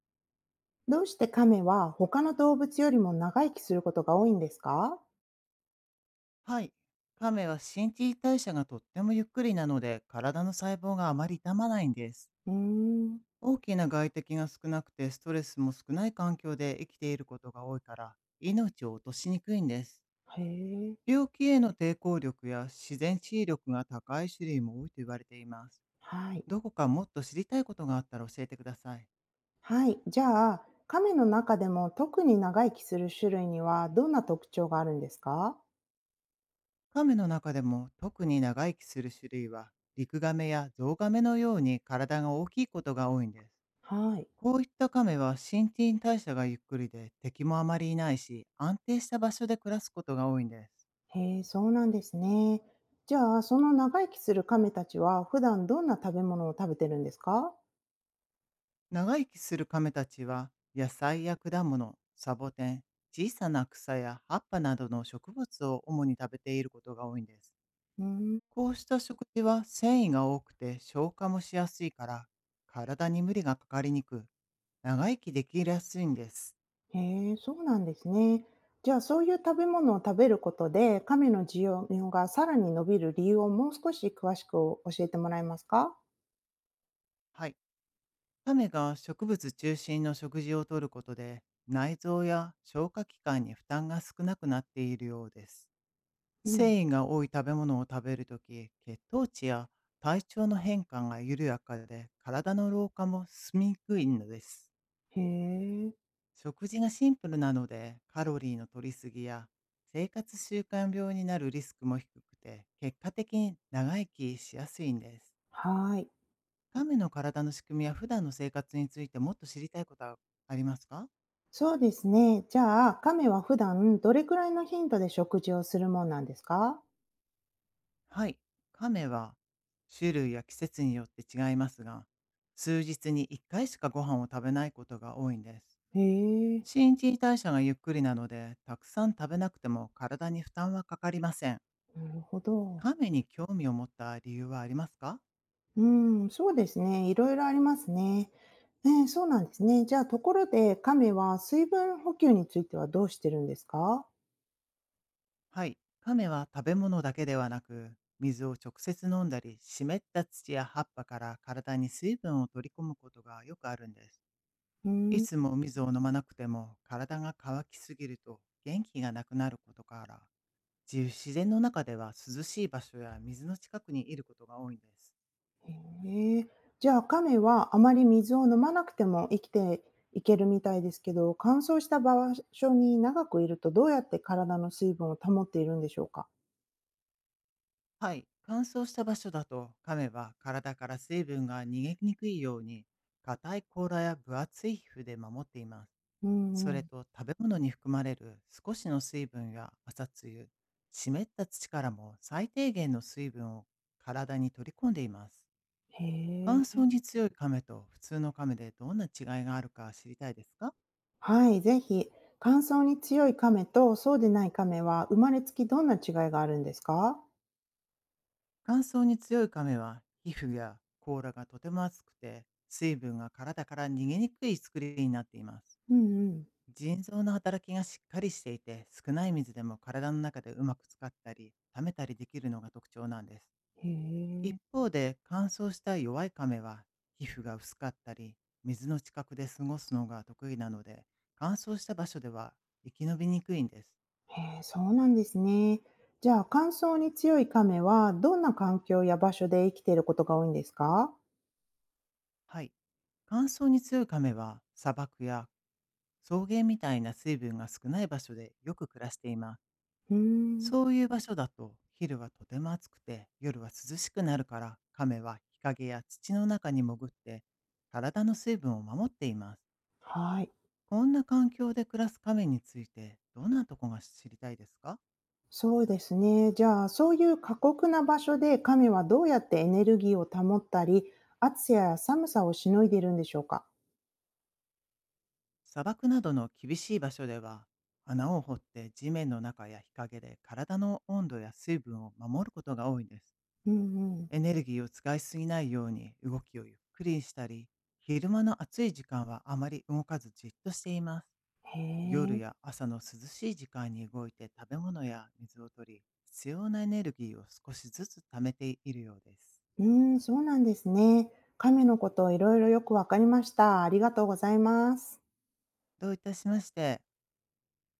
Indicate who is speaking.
Speaker 1: どうしてカメは他の動物よりも長生きすることが多いんですか？
Speaker 2: はい。亀は新陳代謝がとってもゆっくりなので、体の細胞があまり傷まないんです。
Speaker 1: うーん。
Speaker 2: 大きな外敵が少なくて、ストレスも少ない環境で生きていることが多いから、命を落としにくいんです。
Speaker 1: へえ。
Speaker 2: 病気への抵抗力や自然治癒力が高い種類も多いと言われています。
Speaker 1: はい。
Speaker 2: どこかもっと知りたいことがあったら教えてください。
Speaker 1: はい。じゃあ、カメの中でも特に長生きする種類にはどんな特徴があるんですか？
Speaker 2: 亀の中でも特に長生きする種類は、リクガメやゾウガメのように体が大きいことが多いんです。
Speaker 1: はい。
Speaker 2: こういったカメは新陳代謝がゆっくりで敵もあまりいないし、安定した場所で暮らすことが多いんです。
Speaker 1: へえ、そうなんですね。じゃあ、その長生きするカメたちは普段どんな食べ物を食べてるんですか？
Speaker 2: 長生きするカメたちは野菜や果物、サボテン、小さな草や葉っぱなどの植物を主に食べていることが多いんです。
Speaker 1: うーん。
Speaker 2: こうした食事は繊維が多くて消化もしやすいから、体に無理がかかりにく、長生きできやすいんです。
Speaker 1: へえ、そうなんですね。じゃあ、そういう食べ物を食べることで、亀の需要がさらに伸びる理由をもう少し詳しく教えてもらえますか？
Speaker 2: はい。亀が植物中心の食事をとることで、内臓や消化器官に負担が少なくなっているようです。
Speaker 1: うん。
Speaker 2: 繊維が多い食べ物を食べるとき、血糖値や体調の変化が緩やかで、体の老化も進みにくいのです。
Speaker 1: へえ、
Speaker 2: 食事がシンプルなので、カロリーの摂りすぎや生活習慣病になるリスクも低くて、結果的に長生きしやすいんです。
Speaker 1: はい。
Speaker 2: 亀の体の仕組みや普段の生活についてもっと知りたいことはありますか？
Speaker 1: そうですね。じゃあ、亀は普段どれくらいの頻度で食事をするもんなんですか？
Speaker 2: はい。亀は種類や季節によって違いますが、数日に1回しかご飯を食べないことが多いんです。
Speaker 1: へえ、
Speaker 2: 新陳代謝がゆっくりなので、たくさん食べなくても体に負担はかかりません。
Speaker 1: なるほど。
Speaker 2: 亀に興味を持った理由はありますか？
Speaker 1: うん、そうですね。いろいろありますね。ええ、そうなんですね。じゃあ、ところで亀は水分補給についてはどうしてるんですか？
Speaker 2: はい。亀は食べ物だけではなく、水を直接飲んだり、湿った土や葉っぱから体に水分を取り込むことがよくあるんです。
Speaker 1: うー
Speaker 2: い
Speaker 1: ん。
Speaker 2: つも水を飲まなくても体が乾きすぎると元気がなくなることから、自然の中では涼しい場所や水の近くにいることが多いんです。
Speaker 1: ええ。じゃあ、亀はあまり水を飲まなくても生きていけるみたいですけど、乾燥した場所に長くいるとどうやって体の水分を保っているんでしょうか？
Speaker 2: はい、乾燥した場所だと噛めば体から水分が逃げにくいように、硬い甲羅や分厚い皮膚で守っています。
Speaker 1: う
Speaker 2: そ
Speaker 1: んう
Speaker 2: れ
Speaker 1: ん。
Speaker 2: と、食べ物に含まれる少しの水分や朝露、湿った土からも最低限の水分を体に取り込んでいます。
Speaker 1: へ
Speaker 2: 乾
Speaker 1: え。
Speaker 2: 燥に強い亀と普通の亀でどんな違いがあるか知りたいですか？
Speaker 1: はい、ぜひ。乾燥に強い亀とそうでない亀は生まれつきどんな違いがあるんですか？
Speaker 2: 乾燥に強い亀は皮膚や甲羅がとても厚くて、水分が体から逃げにくい作りになっています。
Speaker 1: うんうん。
Speaker 2: 腎臓の働きがしっかりしていて、少ない水でも体の中でうまく使ったり溜めたりできるのが特徴なんです。
Speaker 1: へ
Speaker 2: 一
Speaker 1: え。
Speaker 2: 方で乾燥した弱い亀は、皮膚が薄かったり水の近くで過ごすのが得意なので、乾燥した場所では生き延びにくいんです。
Speaker 1: へえ、そうなんですね。じゃあ、乾燥に強い亀はどんな環境や場所で生きていることが多いんですか？
Speaker 2: はい。乾燥に強いカメは砂漠や草原みたいな水分が少ない場所でよく暮らしています。
Speaker 1: うーん。
Speaker 2: そういう場所だと昼はとても暑くて夜は涼しくなるから、カメは日陰や土の中に潜って体の水分を守っています。
Speaker 1: はい。
Speaker 2: こんな環境で暮らすカメについてどんなとこが知りたいですか？
Speaker 1: そうですね。じゃあ、そういう過酷な場所で亀はどうやってエネルギーを保ったり、暑さや寒さをしのいでいるんでしょうか？
Speaker 2: 砂漠などの厳しい場所では、穴を掘って地面の中や日陰で体の温度や水分を守ることが多いです。
Speaker 1: うんうん。
Speaker 2: エネルギーを使いすぎないように動きをゆっくりしたり、昼間の暑い時間はあまり動かずじっとしています。
Speaker 1: へ
Speaker 2: 夜
Speaker 1: え。
Speaker 2: や朝の涼しい時間に動いて食べ物や水を取り、必要なエネルギーを少しずつ貯めているようです。
Speaker 1: うん、そうなんですね。亀のことをいろいろよくわかりました。ありがとうございます。
Speaker 2: どういたしまして。